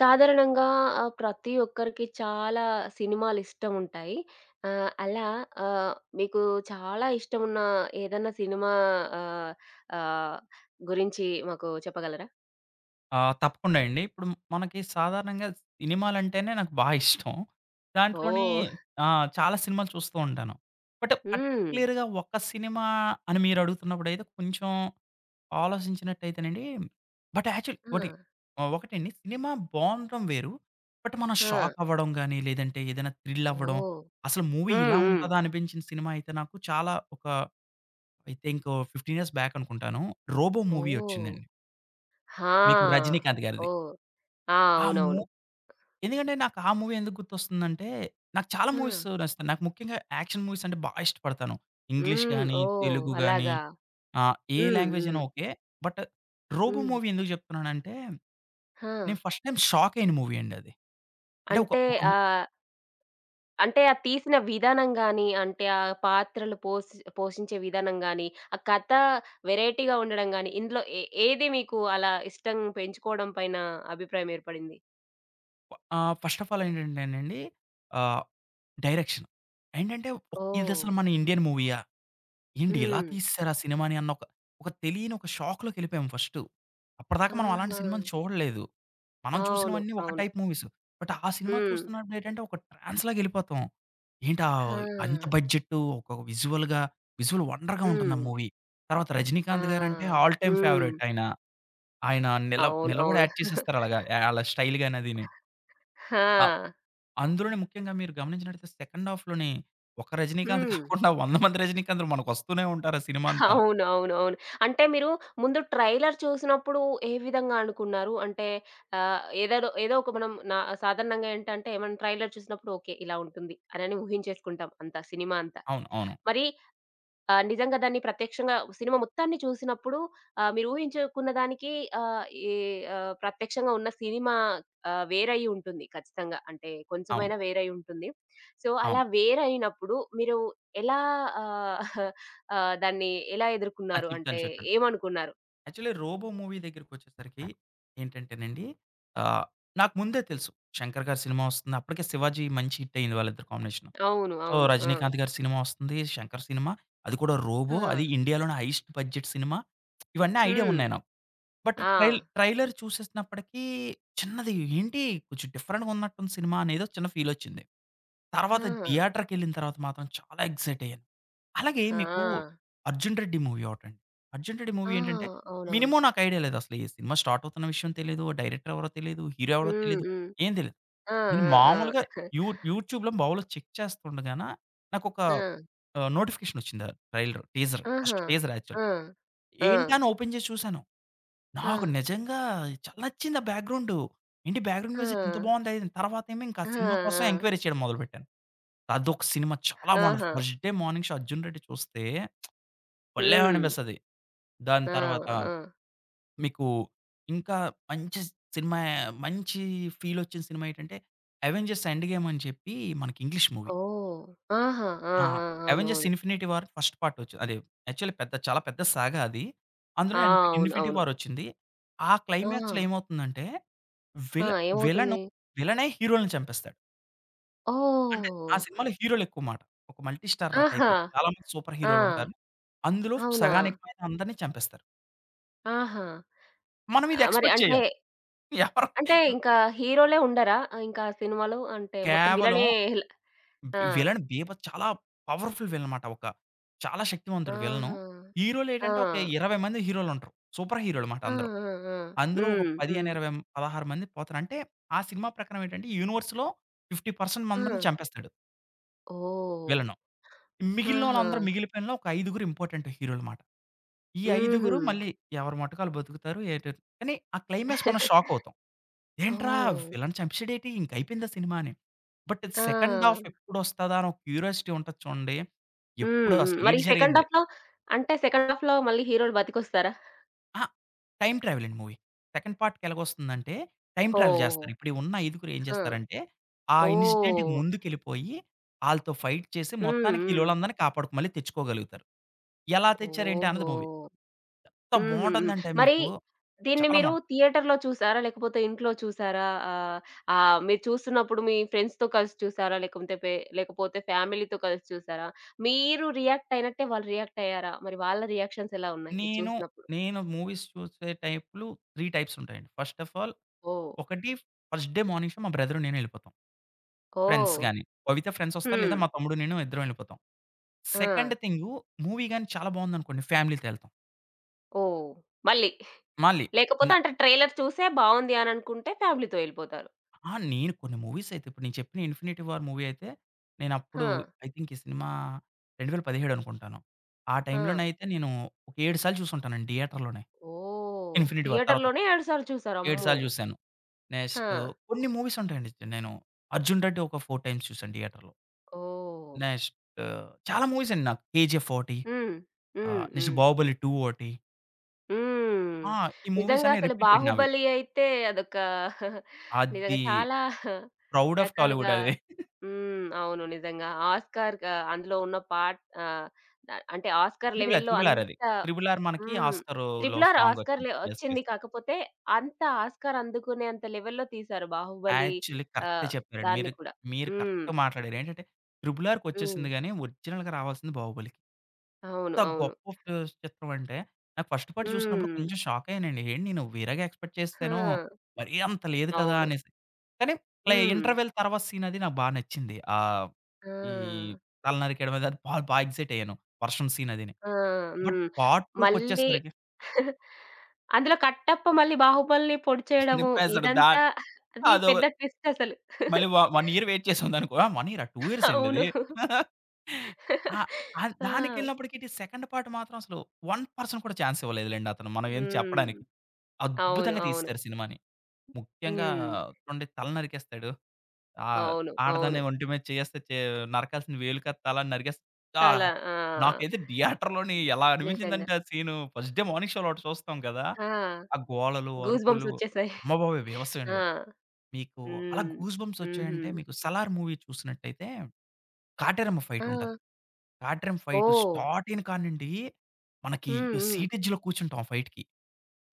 సాధారణంగా ప్రతి ఒక్కరికి చాలా సినిమాలిష్టం ఉంటాయి. అలా ఆహ్, మీకు చాలా ఇష్టమున్న ఏదన్నా సినిమా ఆహ్, ఆహ్, గురించి మాకు చెప్పగలరా? ఆ! తప్పకుండా అండి. ఇప్పుడు మనకి సాధారణంగా సినిమాలంటేనే నాకు బా ఇష్టం. దాంట్లోని ఓహ్! ఆ! చాలా సినిమాలు చూస్తూ ఉంటాను. బట్ హ్మ్. పర్టిక్యులర్‌గా ఒక సినిమా అని మీరడుగుతున్నప్పుడైతే కొంచెం ఆలోచించినట్టయితేనండి బట్ యాక్చువల్ ఆ! ఒకటి ఒకటండి సినిమా బావుండడం వేరు. బట్ మనం ఆ! షాక్ అవ్వడం గాని, లేదంటే ఏదైనా థ్రిల్ అవ్వడం, ఓహ్! అసలు మూవీ హ్మ్. ఇలా హ్మ్. ఉంటదా అనిపించిన సినిమా అయితే నాకు చాలా ఒక ఐ థింక్ 15 ఇయర్స్ బ్యాక్ అనుకుంటాను. 'Robo' movie oh! వచ్చిందండి. మీకు ఆ! రజినీకాంత్ గారిది. ఓహ్! ఆ! ఆ మూ అవునవును. ఎందుకంటే నాకు ఆ మూవీ ఎందుకు గుర్తొస్తుందంటే, నాకు చాలా ఆ! మూవీస్ నచ్చుతాయి. నాకు ముఖ్యంగా యాక్షన్ మూవీస్ అంటే బా ఇష్టపడతాను. ఇంగ్లీష్ హ్మ్. గాని, ఓహ్! తెలుగు గాని అలాగా. ఏ హ్మ్. లాంగ్వేజ్ అయినా హ్మ్. Okay. But 'Robo' hmm. Movie ఎందుకు చెప్తున్నానంటే, ఆ! నేను ఫస్ట్ టైమ్ షాక్ అయిన మూవీ అండి అది. అంటే ఒక అంటే ఒక ఆ అంటే ఆ తీసిన విధానం గాని, అంటే ఆ పాత్రలు పోసి పోషించే విధానం గాని, ఆ కథ వెరైటీగా ఉండడం గాని, ఇందులో ఏది మీకు అలా ఇష్టం పెంచుకోవడం పైన అభిప్రాయం ఏర్పడింది? ఫస్ట్ ఆఫ్ ఆల్ ఏంటంటేనండి ఆహ్, డైరెక్షన్. ఏంటంటే, ఓహ్! ఇదసలు మన ఇండియన్ మూవీయా? ఏంటి ఇలా హ్మ్. తీసేసారు ఆ సినిమాని అన్న ఒక, ఒక తెలియని ఒక షాక్‌లోకెళ్ళిపోయాం ఫస్టు. అప్పటిదాకా మనం అలాంటి ఆహా! సినిమాని చూడలేదు. మనం అవును. చూసినవన్నీ ఒక అవును. Type movies. బట్ ఆ సినిమా హ్మ్. చూస్తున్నప్పుడేంటంటే ఒక ట్రాన్స్‌లాగెళ్ళిపోతాం. ఏంటా అంత ఆ! బడ్జెట్టు ఒక విజువల్‌గా విజువల్ వండర్‌గా ఉంటుంది ఆ హ్మ్. మూవీ. తర్వాత ఆ! 'రజనీకాంత్' గారంటే ఆల్ టైమ్ హ్మ్. ఫేవరైట్ ఆయన. ఆయన నిల అవును. నిలబడి అవును. యాక్ట్ చేసేస్తారు అలాగా ఆళ్ళ స్టైల్ గాని అదిని. ఆహ్, ఆ! అందులోనే ముఖ్యంగా మీరు గమనించినట్టయితే సెకండ్ హాఫ్‌లోనే ఒక రజనీకాంత్ హ్మ్. కాకుండా 100 మంది రజనీకాంత్‌లు మనకొస్తూనే ఉంటారు ఆ సినిమా అంతా. అవునవునవును. అంటే మీరు ముందు ట్రైలర్ చూసినప్పుడు ఏ విధంగా అనుకున్నారు? అంటే ఆహ్, ఏదేదో ఏదో ఒక మనం నా సాధారణంగా ఏంటంటే, మనం ట్రైలర్ చూసినప్పుడు ఓకే. ఇలా ఉంటుంది అనని ఊహించేసుకుంటాం అంతా సినిమా అంతా. అవును. అవును. మరి నిజంగా దాన్ని ప్రత్యక్షంగా సినిమా మొత్తాన్ని చూసినప్పుడు మీరు ఊహించుకున్న దానికి ఆహ్, ఈ ప్రత్యక్షంగా ఉన్న సినిమా వేరై ఉంటుంది ఖచ్చితంగా. అంటే అవును. కొంచెమైనా వేరై ఉంటుంది. సో, అలా అవును. వేరైనప్పుడు మీరు ఎలా ఆహ్, ఆహ్, దాన్ని ఎలా ఆ! ఎదుర్కున్నారు? చెప్తాను. అంటే చెప్తాను. ఏమనుకున్నారు? యాక్చువల్లీ 'రోబో' మూవీ దగ్గరికొచ్చేసరికి ఏంటంటేనండి ఆహ్, నాకు ముందే తెలుసు. 'శంకర్' గారి సినిమా వస్తుంది. అప్పటికే 'శివాజీ' మంచి హిట్ అయింది వాళ్ళిద్దరి కాంబినేషన్. అవును. సో, అవును. ఆ! 'రజనీకాంత్' గారి సినిమా వస్తుంది. 'శంకర్' సినిమా. అది కూడా ఆ! 'రోబో' అది ఇండియాలోనే హైయెస్ట్ బడ్జెట్ సినిమా. ఇవన్నీ ఐడియా హ్మ్. ఉన్నాయి నాకు. బట్ ఆ! ట్రైలర్ చూసేసినప్పటికీ చిన్నది ఏంటి కొంచెం డిఫరెంట్‌గా ఉన్నట్టుంది సినిమా అనేదో చిన్న ఫీలొచ్చింది. ఆ! తర్వాత థియేటర్‌కెళ్ళిన తర్వాత మాత్రం చాలా ఎక్సైట్ అయ్యాను. అలాగే మీకు ఆ! 'అర్జున్ రెడ్డి' మూవీ ఒకటండి. 'అర్జున్ రెడ్డి' మూవీ ఆ! ఏంటంటే అవునవును. మినిమమ్ నాకు ఐడియా లేదు అసలు ఈ సినిమా స్టార్ట్ అవుతున్న విషయం తెలీదు. డైరెక్టర్ ఎవరో తెలీదు. హీరో ఎవరో హ్మ్. తెలీదు. హ్మ్. ఏం తెలీదు. ఆ! నేను ఆ! ఆ! మామూలుగా యూ యూట్యూబ్‌లో మామూలుగా చెక్ చేస్తుండగాన నాకొక ఆ! నోటిఫికేషన్ వచ్చింది. ట్రైలర్ టీజర్ ఫస్ట్ ఆహా! Teaser actually. ఆ! ఆ! ఏంటా అని ఓపెన్ చేసి చూసాను. ఆ! నాకు నిజంగా చాలా నచ్చింది ఆ బ్యాక్‌గ్రౌండు. ఏంటి బ్యాక్‌గ్రౌండ్ ఆ! మ్యూజిక్ ఇంత బావుందే! తర్వాత ఏమో ఇంకా ఆ! సినిమా కోసం ఆ! ఎంక్వైరీ చేయడం మొదలుపెట్టాను. అదొక సినిమా చాలా బావుంటది. ఆహా! First day morning show 'Arjun Reddy' చూస్తే భలే హ్మ్. అనిపిస్తది. దాని ఆ! తర్వాత ఆ! మీకు ఇంకా మంచి సినిమా మంచి ఫీలొచ్చిన సినిమా ఏంటంటే 'అవెంజర్స్ ఎండ్ గేమ్' అని చెప్పి మనకి ఇంగ్లీష్ మూవీ. ఓహ్! ఆహా! ఆ! ఆ! ఆ! 'అవెంజర్స్ అవునవును. ఇన్ఫినిటీ వార్' ఫస్ట్ పార్ట్ వచ్చింది. అది యాక్చువల్లీ చాలా పెద్ద సాగా అది. ఆ! అందులో అవును. 'ఇన్ఫినిటీ అవును. వార్' వచ్చింది. ఆ ఆ! క్లైమాక్స్‌లో ఏమవుతుందంటే ఆ! విల విలను ఏమవుతుంది? విలనే హీరోలని చంపేస్తాడు. అంటే ఆ ఓహ్! సినిమాలో హీరోలెక్కువ మాట. ఒక మల్టీ స్టారర్ ఆహా! టైప్. చాలా మంది సూపర్ ఆ! హీరోలుంటారు. అందులో అవునా? సగానికి పైన అందరిని చంపేస్తారు. ఆహా! మనం ఇది మరి ఎక్స్‌పెక్ట్ అంటే, చేయం. ఎవరు అంటే ఇంకా హీరోలే ఉండరా? ఇంకా ఆ సినిమాలో అంటే మొత్తం కేవలం విలనే హిల్ ఆ! విలన్ చాలా పవర్‌ఫుల్ విలన్ మాట. ఒక చాలా శక్తివంతుడు విలను. ఆహా! ఆ! హీరోలేటంటే ఒక 20 మంది హీరోలుంటరు. సూపర్ హీరోలు మాట ఆ! అందరూ. ఆ! ఆ! అందులో ఒక హ్మ్. హ్మ్. 15, 20, 16 మంది పోతారు. అంటే ఆ సినిమా ప్రకారం ఏంటంటే యూనివర్స్‌లో 50% మందిని ఆ! చంపేస్తాడు ఓహ్! విలను. ఆహా! మిగిలినోళ్ళందరూ మిగిలిపోయినలో ఒక ఐదుగురు ఇంపార్టెంట్ హీరోలు మాట. ఈ హుహు. ఐదుగురు మళ్ళీ ఎవరి మటుకు ఆళ్ళు బతుకుతారు ఏటో కానీ ఆ క్లైమాక్స్ మనం షాక్ అవుతాం. ఏంట్రా! ఓహ్! విలన్ చంపేసాడేటి ఇంక అయిపోయిందా సినిమా అని. బట్ సెకండ్ హాల్ఫ్ ఆ! ఎప్పుడొస్తదా అని ఒక క్యూరియాసిటీ ఉంటది చూడండి. హ్మ్. ఎప్పుడు హ్మ్. అసలు మరి ఏటి సెకండ్ జరిగింది? హాఫ్‌లో అంటే సెకండ్ హాఫ్‌లో మళ్ళీ హీరోలు బతికొస్తారా? ఆ! టైమ్ ట్రావెల్ అండి మూవీ. సెకండ్ పార్ట్‌కి ఎలాగొస్తుందంటే టైమ్ ట్రావెల్ ఓహ్! చేస్తారు. ఇప్పుడు ఈ ఉన్న ఐదుగురు ఏం ఆ! చేస్తారంటే ఆ ఇన్సిడెంట్‌కి ఓహ్! ముందుకెళ్ళిపోయి ఆళ్ళతో ఫైట్ చేసి హ్మ్. మొత్తానికి హ్మ్. ఈలోలందరిని కాపాడుకు మళ్ళీ తెచ్చుకోగలుగుతారు. ఎలా తెచ్చారేంటి అన్నది ఓహో! మూవీ. ఎంత హుహు. హ్మ్. బావుంటుందంటే మరి మీకు దీన్ని చాలా మీరు బావుంటుంది. థియేటర్‌లో చూసారా? లేకపోతే ఇంట్లో చూసారా? ఆహ్, ఆహ్, మీరు చూస్తున్నప్పుడు మీ ఫ్రెండ్స్‌తో కలిసి చూసారా? లేకుంటే పే లేకపోతే ఫ్యామిలీతో కలిసి చూసారా? మీరు రియాక్ట్ అయినట్టే వాళ్ళు రియాక్ట్ అయ్యారా? మరి వాళ్ళ రియాక్షన్స్ ఎలా ఉన్నాయి ఇది నేను, చూసినప్పుడు? నేను మూవీస్ చూసే టైప్‌లు 3 టైప్స్ ఉంటాయండి. First of all oh! ఒకటి ఫస్ట్ డే మార్నింగ్ షో మా బ్రదర్ నేను ఎళ్ళిపోతాం. ఫ్రెండ్స్ ఓహ్! గాని, బబిత ఫ్రెండ్స్ వస్తారు లేదా హ్మ్. మా తమ్ముడు నేను ఇద్దరం ఎళ్ళిపోతాం. ఆ! సెకండ్ థింగు మూవీ గాని చాలా బావుందనుకోండి ఫ్యామిలీతో ఎళ్తాం. ఓహ్! మళ్ళీ. మళ్ళీ లేకపోతే న అంటే ట్రైలర్ చూసే బావుంది అని అనుకుంటే ఫ్యామిలీతో ఎళ్ళిపోతారు. ఆ! నేను కొన్ని మూవీస్ అయితే ఇప్పుడు నేను చెప్పిన 'ఇన్ఫినిటీ వార్' మూవీ అయితే ఆ! నేనప్పుడు ఐ థింక్ ఈ సినిమా 2017 అనుకుంటాను. ఆ ఆ! టైంలోనైతే నేను ఒక 7 సార్లు చూసుంటానండి థియేటర్‌లోనే. ఓహ్! 'ఇన్ఫినిటీ వార్' తర్వాత థియేటర్‌లోనే 7 సార్లు చూసారు. 7 అమ్మో! సార్లు చూసాను. ఆ! నెక్స్ట్ కొన్ని మూవీస్ ఉంటాయండి. నేను 'అర్జున్ రెడ్డి' ఒక 4 టైమ్స్ చూసాను థియేటర్‌లో. ఓహ్! నెక్స్ట్ చాలా మూవీస్ అండి నాకు 'కేజీఎఫ్' ఒకటి, హ్మ్. హ్మ్. నెక్స్ట్ హ్మ్. 'బాహుబలి 2' ఒకటి. హ్మ్. ఆ! ఈ మూవీస్ నిజంగా అన్నీ అసలు రిపీటెడ్ నావి. 'బాహుబలి' అయితే అదొక నిజంగా అది చాలా 'ప్రౌడ్ ఆఫ్ రకాలుగా టాలీవుడ్' అది. హ్మ్. అవును. నిజంగా ఆస్కార్‌గా అందులో ఉన్న పాట్ అంటే ఆస్కార్ 'త్రిబుల్ ఆర్', లెవెల్‌లో 'త్రిబుల్ ఆర్' అది. అంత 'త్రిబుల్ ఆర్' మనకి హ్మ్. ఆస్కార్‌లో 'త్రిబుల్ ఆర్' సాంగ్ ఆస్కార్ వచ్చింది. లె యెస్. వచ్చింది. యెస్. కాకపోతే అంత ఆస్కార్ అందుకునేంత లెవెల్‌లో తీశారు 'బాహుబలి' యాక్చువల్లీ కరెక్టే ఆహ్, చెప్పారండి. మీరు దాన్ని కూడా. మీరు హ్మ్. కరెక్ట్ మాట్లాడారు. ఏంటంటే 'త్రిబుల్ హ్మ్. ఆర్'కొచ్చేసింది గానీ ఒరిజినల్‌గా రావాల్సింది 'బాహుబలి'. అవును. ఎంత అవును. గొప్ప చిత్రం అంటే, నాకు ఫస్ట్ పార్ట్ చూసినప్పుడు హ్మ్. కొంచెం షాక్ అయ్యానండి. ఏంటి నేను వేరేగా ఎక్స్‌పెక్ట్ చేసాను. ఆ! మరీ అంత లేదు కదా! అవును. అనేసి. కానీ హ్మ్. ఇంటర్వెల్ తర్వాత సీన్ అది నాకు బా నచ్చింది. ఈ ఆ! తల నరికేయడం అది బా బా ఎక్సైట్ అయ్యాను. వర్షం సీన్ అదిని. ఆ! బట్ హ్మ్. పార్ట్ 2 మళ్ళీ కొచ్చేసరికి అందులో కట్టప్ప మళ్ళీ బాహుబలిని పొడి చేయడము చనిపేసాడు. ఇదంతా అది అదొక పెద్ద ట్విస్ట్ అసలు. మళ్ళీ 1 ఇయర్ వెయిట్ చేసాం దానికో. 1 ఇయరా? 2 ఇయర్స్ అండి అవును. అది. ఆ! ఆ ఆ! దానికెళ్ళినప్పటికి సెకండ్ పార్ట్ మాత్రం అసలు 1% కూడా ఛాన్స్ ఇవ్వలేదులెండి అతను. మనం ఏం హ్మ్. చెప్పడానికి. అవును. అద్భుతంగా అవును. తీసేసారు సినిమాని. ముఖ్యంగా హ్మ్. చూడండి తల నరికేస్తాడు. ఆహ్, అవును. అవును. ఆడదాన్ని ఒంటి మీద చేయేస్తే నరకాల్సిన వేలు కాదు తల అని ఆ! తల. ఆ! నాకైతే థియేటర్‌లోని ఎలా నిజంగా. అనిపించిందంటే ఆ సీను ఫస్ట్ డే మార్నింగ్ షోలో ఒకటి చూస్తాం కదా! ఆ! ఆ గోలలు, గూస్ అరుపులు బంప్స్ వచ్చేసాయి. అమ్మ బాబోయ్! బీభత్సమండి బాబు. ఆ! మీకు అలా హ్మ్. గూస్ బంప్స్ హుహు. వచ్చాయంటే మీకు 'సలార్' మూవీ చూసినట్టయితే కాటేరమ్మ ఫైట్ ఆ! ఉంటది. కాటేరమ్మ ఫైట్ ఓహ్! స్టార్ట్ అయిన కాడ్నుండి మనకి హ్మ్. హ్మ్. సీట్ ఎడ్జ్‌లో కూర్చుంటాం ఆ ఫైట్‌కి.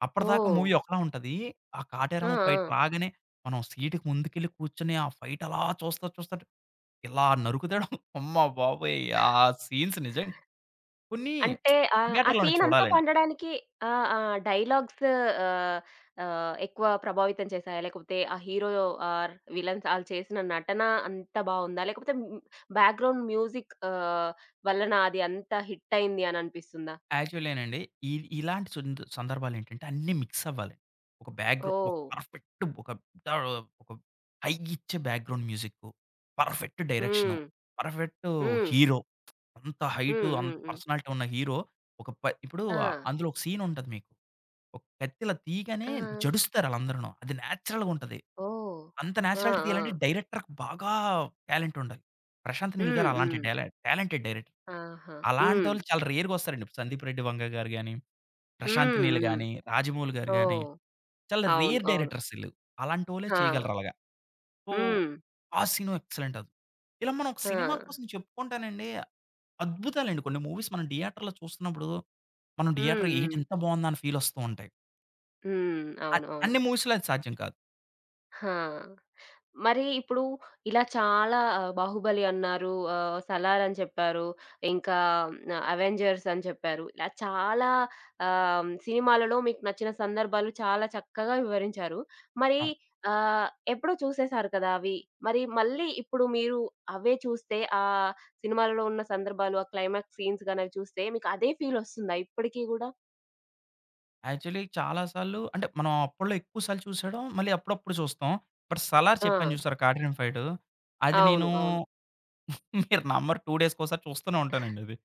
అప్పటిదాకా ఓహ్! మూవీ ఒకలా ఉంటది. ఆ ఆ! కాటేరమ్మ ఫైట్ ఆ! రాగానే మనం సీట్‌కి ముందుకెళ్ళి కూర్చొని ఆ ఫైట్ అలా చూస్తా చూస్తా ఇలా నరుకుతాడు. అమ్మ బాబోయ్! ఆ సీన్స్ నిజంగా కొన్ని అంటే ఆ థియేటర్‌లోనే సీన్ అంతా చూడాలండి. పండడానికి ఆ! ఆ! డైలాగ్స్ ఆహ్, ఆహ్, ఎక్కువ ప్రభావితం చేసాయా? లేకపోతే ఆ హీరో ఆర్ విలన్స్ ఆళ్ళు చేసిన నటన అంతా బావుందా? లేకపోతే హ్మ్, బ్యాక్‌గ్రౌండ్ మ్యూజిక్ వలన అది అంత హిట్ అయింది అని అనిపిస్తుందా? యాక్చువల్లీ ఏనండి ఇ ఇలాంటి సందర్భాలేంటంటే అన్నీ మిక్స్ అవ్వాలి. ఒక బ్యాక్‌గ్రౌండ్ ఒక ఓహ్! పర్ఫెక్ట్ ఒక ద ఒక హై ఇచ్చే background music, perfect direction, hmm. Perfect hmm. Hero అంత హైట్ హ్మ్. అంత హ్మ్. హ్మ్. పర్సనాలిటీ ఉన్న హీరో ఒక ప ఇప్పుడు ఆ- ఆ! అందులో ఒక సీన్ ఉంటది మీకు ఒక కత్తి ఇలా తీయగానే ఆ! జడుస్తారు ఆళ్ళందరూను. అది నేచురల్‌గా ఉంటది. ఓహ్! అంత ఆ! నేచురాలిటీ ఆ! తీయాలంటే డైరెక్టర్‌కి బాగా టాలెంట్ ఉండాలి. 'ప్రశాంత్ నీల్' హ్మ్. గారు అలాంటి హ్మ్. Talented director. ఆహా! హ్మ్. అలాంటోళ్ళు చాలా రేర్‌గా వస్తారండి. 'సందీప్ రెడ్డి వంగ' గారు గాని, 'ప్రశాంత్ హ్మ్. నీల్' హ్మ్. గాని, 'రాజమౌళి' గారు గాని ఓహ్! చాలా అవును. రేర్ అవును. డైరెక్టర్స్ ఈళ్ళు. అలాంటోళ్ళే ఆ! చేయగలరు అలాగా. సో, హ్మ్. ఆ సీను ఎక్సలెంట్ అది. ఇలా మనం ఒక సినిమా ఆ! కోసం చెప్పుకుంటానండి అద్భుతాలండి కొన్ని మూవీస్ మనం థియేటర్‌లో చూస్తున్నప్పుడు, మనం థియేటర్ హ్మ్. "ఏటి హ్మ్. ఇంత బావుందా" అని ఫీల్ వస్తూ ఉంటాయి. హ్మ్. అ అవును. అవును. అన్ని మూవీస్‌లో అది సాధ్యం కాదు. ఆ! మరి ఇప్పుడు ఇలా చాలా 'బాహుబలి' అన్నారు. 'సలార్' అని చెప్పారు. ఇంకా హ్మ్, 'అవెంజర్స్' అని చెప్పారు. ఇలా చాలా సినిమాలలో మీకు నచ్చిన సందర్భాలు చాలా చక్కగా వివరించారు. మరి అవును. ఎప్పుడో చూసేసారు కదా అవి. మరి మళ్ళీ ఇప్పుడు మీరు అవే చూస్తే ఆ సినిమాలలో ఉన్న సందర్భాలు, ఆ క్లైమాక్స్ సీన్స్ గాని అవి చూస్తే మీకు అదే ఫీల్ ఒస్తుందా ఇప్పటికి గూడా? యాక్చువల్లీ చాలా సార్లు అంటే మనం అప్పట్లో ఎక్కువ సార్లు చూసాడం, మళ్ళీ అప్పుడప్పుడు చూస్తాం. బట్ 'సలార్' ఆ! చెప్పాను చూసారా? కాట్రిన్ ఫైటు. అది అవును. నేను అవును. మీరు నమ్మరు 2 డేస్‌కోసారి చూస్తూనే ఉంటానండి అది.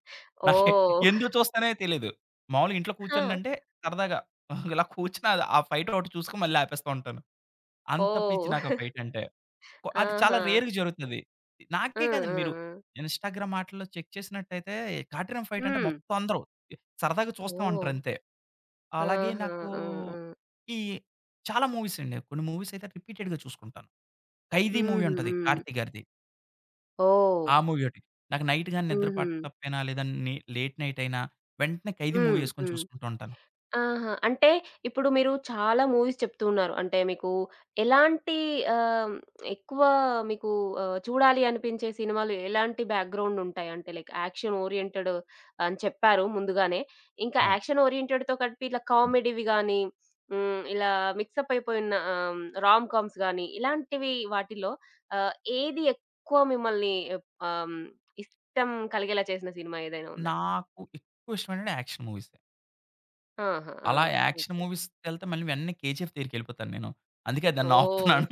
నాకే ఓహ్! ఎందుకు చూస్తానే తెలీదు. మామూలుగా ఇంట్లో ఓహ్! కూర్చున్నానంటే సరదాగా ఇలా కూర్చుని అది ఆ ఫైట్ ఒకటి చూసుకొని మళ్ళీ ఆపేస్తూ ఉంటాను. అంత పిచ్చి నాకు ఆ ఫైట్ అంటే. అది చాలా ఆహా! రేర్‌గా జరుగుతది. నాకే హ్మ్. కాదండి మీరు హ్మ్. ఇన్‌స్టాగ్రామ్ ఆటిల్లో చెక్ చేసినట్టయితే కాట్రిన్ ఫైట్ అంటే హ్మ్. మొత్తం అందరూ సరదాగా చూస్తా ఉంటారు ఓహ్! అంతే. అలాగే ఆహా! నాకు ఆ! ఆ! ఈ చాలా మూవీస్ అండి. కొన్ని మూవీస్ అయితే రిపీటెడ్‌గా చూసుకుంటాను. 'ఖైదీ' మూవీ హుహు. ఉంటది. హ్మ్. కార్తీ గారిది. ఓహ్! ఆ మూవీ ఒకటి. నాకు నైట్ గాని నిద్ర హుహు. పట్టకపోయినా లేదా లేట్ నైట్ అయినా వెంటనే 'ఖైదీ' మూవీ హ్మ్. యేసుకొని హ్మ్. చూసుకుంటూ ఉంటాను. ఆహా! అంటే ఇప్పుడు మీరు చాలా మూవీస్ చెప్తూ ఉన్నారు. అంటే మీకు ఎలాంటి ఆహ్, ఎక్కువ మీకు ఆహ్, చూడాలి అనిపించే సినిమాలు ఎలాంటి బ్యాక్‌గ్రౌండ్ ఉంటాయి? అంటే లైక్ యాక్షన్ ఓరియెంటెడ్ అని చెప్పారు ముందుగానే. ఇంకా అవును. యాక్షన్ ఓరియెంటెడ్‌తో కలిపి ఇలా కామెడీవి గాని, హ్మ్. ఇలా మిక్సప్ అయిపోయిన రామ్ కామ్స్ గాని ఇలాంటివి వాటిలో ఆహ్, ఏది ఎక్కువ మిమ్మల్ని ఆహ్, ఇష్టం కలిగేలా చేసిన సినిమా ఏదైనా ఉందా? నాకు ఎక్కువ ఇష్టమైనవి యాక్షన్ మూవీసే. ఆహా! ఆ! అలా యాక్షన్ ఓకే. మూవీస్‌కెళ్తే మళ్ళీ వెంటనే 'కేజీఎఫ్' దగ్గరికెళ్ళిపోతాను నేను. అందుకే దాన్ని ఓహ్! ఆపుతున్నాను.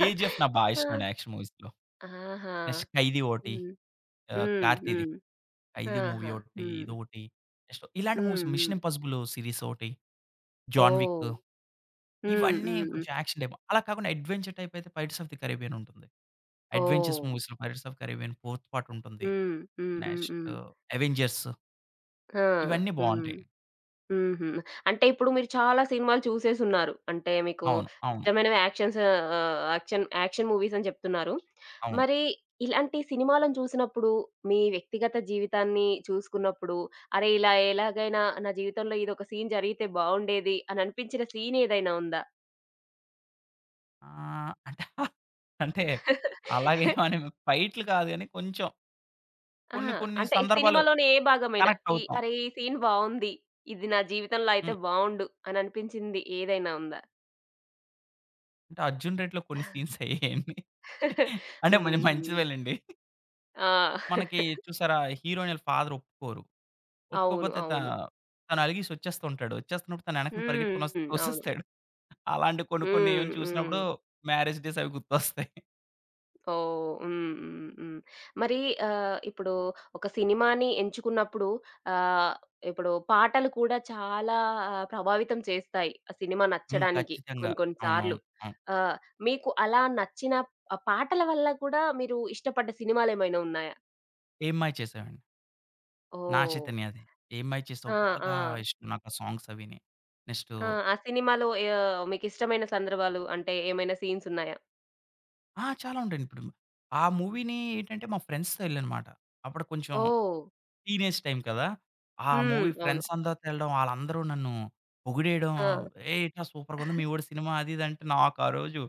'కేజీఎఫ్' నాకు బా ఆ! ఇష్టమండి యాక్షన్ మూవీస్‌లో. ఆహా! నెక్స్ట్ 'ఖైదీ' ఒకటి. హ్మ్. హ్మ్. కార్తీది. హ్మ్. 'ఖైదీ' మూవీ ఆహా! ఒకటి, హ్మ్. ఇదొకటి నెక్స్ట్ ఇలాంటి మూవీస్ హ్మ్. హ్మ్. 'మిషన్ ఇంపాసిబుల్' సీరీస్ ఒకటి, 'జాన్ విక్' ఓహ్! హ్మ్. ఇవన్నీ హ్మ్. హ్మ్. కొంచెం యాక్షన్ టైప్. అలా కాకుండా అడ్వెంచర్ టైప్ అయితే 'పైరేట్స్ ఆఫ్ ది కారిబియన్' ఉంటుంది. Adventures oh! మూవీస్‌లో 'Pirates of Caribbean' fourth part ఉంటుంది. హ్మ్. హ్మ్. హ్మ్. నెక్స్ట్ హ్మ్. 'అవెంజర్స్' ఆ! ఇవన్నీ హ్మ్. బావుంటాయండి. హుహు. అంటే ఇప్పుడు మీరు చాలా సినిమాలు చూసేసున్నారు. అంటే మీకు అవును. అవును. ఇష్టమైనవి యాక్షన్స్ ఆహ్, యాక్షన్ యాక్షన్ మూవీస్ అని చెప్తున్నారు. అవును. మరి ఇలాంటి సినిమాలను చూసినప్పుడు మీ వ్యక్తిగత జీవితాన్ని చూసుకున్నప్పుడు, అరే! ఇలా ఎలాగైనా నా జీవితంలో ఇదొక సీన్ జరిగితే బావుండేది అని అనిపించిన సీన్ ఏదైనా ఉందా? అంటే అంటే అలాగేమని ఫైట్‌లు కాదు గానీ కొంచెం ఆ! కొన్ని కొన్ని అంటే ఈ సందర్భాలు సినిమాలోని ఏ భాగమైనా కనెక్ట్ ఈ అవుతాం. అరే! ఈ సీన్ బావుంది. ఇది నా జీవితంలో అయితే హ్మ్. బావుండు అని అనిపించింది ఏదైనా ఉందా? అంటే 'అర్జున్ రెడ్డి'లో కొన్ని సీన్స్ అయ్యాయండి. అంటే కొంచెం హుహు. మంచివేలెండి. ఆ! మనకి చూసారా? హీరోయిన్ ఆళ్ళ ఫాదర్ ఒప్పుకోరు. అవును. ఒప్పుకోకపోతే అవును. తను అలిగేసి వచ్చేస్తుంటాడు. వచ్చేస్తున్నప్పుడు తన వెనకన పరిగెట్టుకొని హ్మ్. అవును. వచ్చేస్తాడు. అలాంటి కొన్ని కొన్ని హ్మ్. ఏమైనా చూసినప్పుడు హ్మ్. మ్యారేజ్ డేస్ అవి గుర్తొస్తాయి. ఓహ్! హ్మ్. హ్మ్. హ్మ్. మరి ఇప్పుడు ఒక సినిమాని ఎంచుకున్నప్పుడు ఆహ్, ఇప్పుడు పాటలు కూడా చాలా ప్రభావితం చేస్తాయి. ఆ సినిమా హ్మ్. నచ్చడానికి ఖచ్చితంగా. కొన్ని కొన్ని సార్లు. అవును. ఆహ్, మీకు అలా నచ్చిన ఆ పాటల వల్ల కూడా మీరు ఇష్టపడ్డ సినిమాలేమైనా ఉన్నాయా? 'ఏమ్మాయి చేసావండి' నా ఓహ్! చైతన్య అది. 'ఏమ్మాయి ఆ! చేసావు' ఆ! బాగా ఇష్టం నాకు ఆ సాంగ్స్ అవిని. నెక్స్టు ఆ! ఆ సినిమాలో మీకిష్టమైన సందర్భాలు అంటే ఏమైనా సీన్స్ ఉన్నాయా? ఆ! చాలా ఉంటాయండి. ఇప్పుడు ఆ మూవీని ఏంటంటే మా ఫ్రెండ్స్‌తో ఎళ్ళానమాట. అప్పుడు కొంచెం ఓహ్! టీనేజ్ టైమ్ కదా! ఆ హ్మ్. మూవీ అవును. ఫ్రెండ్స్ అందరితో వెళ్ళడం, ఆళ్ళందరూ నన్ను పొగిడేయడం, ఆ! "ఏయ్! ఏంట్రా సూపర్‌గుంది మీ వోడి సినిమా" అది, ఇది అంటే నాకు ఆ రోజు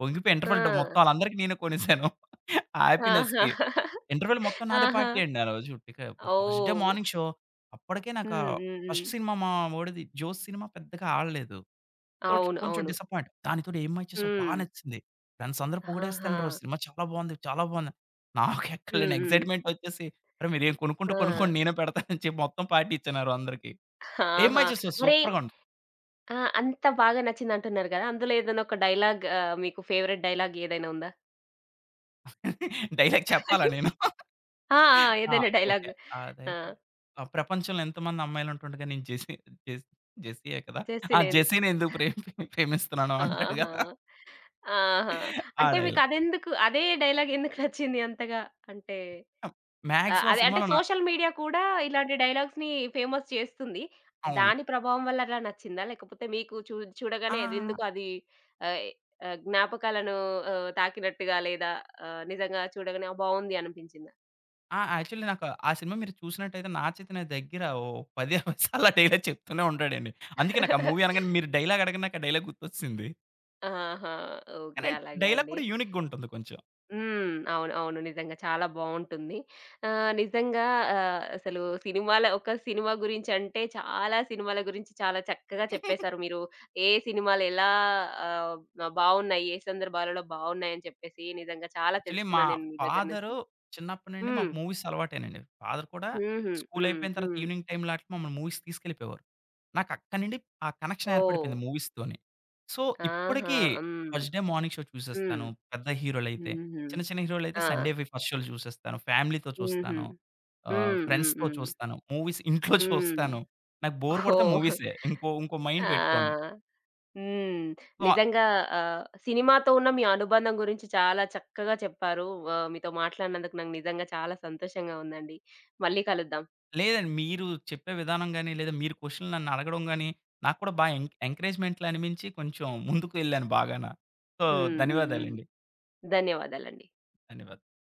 పొంగిపోయి ఆ! ఇంటర్వెల్ డ మొత్తం ఆళ్ళందరికీ నేనే కొనేసాను. ఆ ఆహా! హ్యాపీనెస్‌కి. ఇంటర్వెల్ మొత్తం నాదే ఆహా! పార్టీ అండి ఆ రోజు. First day oh! Morning show. అప్పటికే నాకు హ్మ్. హ్మ్. హ్మ్. ఫస్ట్ సినిమా మా వోడిది 'జోస్' సినిమా పెద్దగా ఆడలేదు. సో, అవును. కొంచెం అవును. డిసప్పాయింట్. దానితోటి ఏం మూవీ చూసావు? బా హ్మ్. నచ్చింది. ఫ్రెండ్స్ అందరూ ఆహా! పొగిడేస్తన్నారు. సినిమా చాలా బావుంది, చాలా బావుందని. నాకు ఎక్కడలేని హ్మ్. హ్మ్. ఎక్సైట్‌మెంట్ వచ్చేసి, అరె! మీరేం కొనుక్కుంటే ఆ! కొనుక్కోండి నేనే పెడతానని చెప్పి మొత్తం పార్టీ ఇచ్చానారు అందరికి. ఏం మూవీ ఆహా! చూసావు? మరి సూపర్‌గా ఉంది. ఆ! అంత బాగా నచ్చిందంటున్నారు గదా! అందులో ఏదైనా ఒక డైలాగ్ మీకు ఫేవరెట్ డైలాగ్ ఏదైనా ఉందా? డైలాగ్ చెప్పాలా నేను? ఆ! ఆ! ఆ! ఏదైనా డైలాగ్ ఓకే. ఆ! అదైతే ఆ! ప్రపంచంలో ఎంతమంది అమ్మాయిలుంటుండగా నేను జెస్ జెస్సీయే కదా! ఆ! జెస్సినేది. జెస్సీని ఎందుకు ప్రేమిస్తున్నాను అంటాడుగా. ఆహా! ఆహా! ఆ అంటే మీకు డైలాగ్. అదే డైలాగ్ ఎందుకు నచ్చింది అంతగా? అంటే ఆ! మాక్సిమం ఆ అదే అంటే సినిమాలో నా సోషల్ మీడియా కూడా ఇలాంటి డైలాగ్స్‌ని ఫేమస్ చేస్తుంది. అవును. దాని ప్రభావం వల్ల అలా నచ్చిందా? లేకపోతే మీకు చూ ఆ! చూడగానే ఇది ఎందుకు అది ఆహ్, ఆహ్, జ్ఞాపకాలను తాకినట్టుగా లేదా నిజంగా చూడగానే బావుంది అనిపించిందా? ఆ! యాక్చువల్లీ నాకు ఆ సినిమా మీరు చూసినట్టయితే నా చేతిన దగ్గర ఓ 10, 20 సార్లు ఆ డైలాగ్ చెప్తూనే ఉంటాడండి. అందుకే నాకు ఆ మూవీ అనగానే మీరు డైలాగ్ అడగంగానే నాకు ఆ డైలాగ్ గుర్తొచ్చేసింది. ఆహా! ఓకే. కానీ అలాగా డైలాగ్ అండి. కూడా యూనిక్‌గా ఉంటుంది హ్మ్. అవును. అవును. నిజంగా చాలా బావుంటుంది. నిజంగా అసలు ఒక సినిమా గురించంటే చాలా సినిమాల గురించి చాలా చక్కగా కొంచెం. చెప్పేశారు మీరు. ఏ సినిమాలెలా ఆహ్, బావున్నాయి, ఏ సందర్భాలలో బావున్నాయని చెప్పేసి నిజంగా చాలా యాక్చువల్లీ మా తెలుసుకున్నాను నేను మీ దగ్గర నుంచి. ఫాదరు చిన్నప్పటి నుండి మాకు హ్మ్. మూవీస్ అలవాటేనండి. ఫాదర్ కూడా హుహు. స్కూల్ హ్మ్. అయిపోయిన తర్వాత హ్మ్. ఈవినింగ్ టైమ్‌లో అట్లా మమ్మల్ని మూవీస్ తీసుకెళ్ళిపోయేవారు. నాకు అక్కడి నుండి ఆ కనెక్షన్ ఓహ్! ఏర్పడిపోయింది మూవీస్‌తోని. సో, ఆహా! ఇప్పటికి హ్మ్. ఫస్ట్ డే మార్నింగ్ షో హ్మ్. చూసేస్తాను. పెద్ద హీరోలైతే. హుహు. చిన్న చిన్న హీరోలైతే ఆ! సండే‌వి ఫస్ట్ షో‌లు చూసేస్తాను. ఫ్యామిలీతో హుహు. చూస్తాను. హ్మ్. హ్మ్. ఫ్రెండ్స్‌తో హ్మ్. చూస్తాను. మూవీస్ ఇంట్లో హ్మ్. చూస్తాను. నాకు బోర్ కొడితే ఓహ్! మూవీసే. ఇంకో ఇంకో మైండ్ ఆ! పెట్టుకోను. హ్మ్. సో నిజంగా సినిమాతో ఉన్న మీ అనుబంధం గురించి చాలా చక్కగా చెప్పారు. మీతో మాట్లాడినందుకు నాకు నిజంగా చాలా సంతోషంగా ఉందండి. మళ్ళీ కలుద్దాం. లేదండి. మీరు చెప్పే విధానం గాని, లేదా మీరు క్వెషన్‌లు నన్ను అడగడం గాని, నాకు కూడా బాగా ఎంకరేజ్‌మెంట్‌లా అనిపించి కొంచెం ముందుకు వెళ్ళాను బాగాన. సో, హ్మ్. హ్మ్. హ్మ్. ధన్యవాదాలండి. ధన్యవాదాలండి. ధన్యవాదాలు.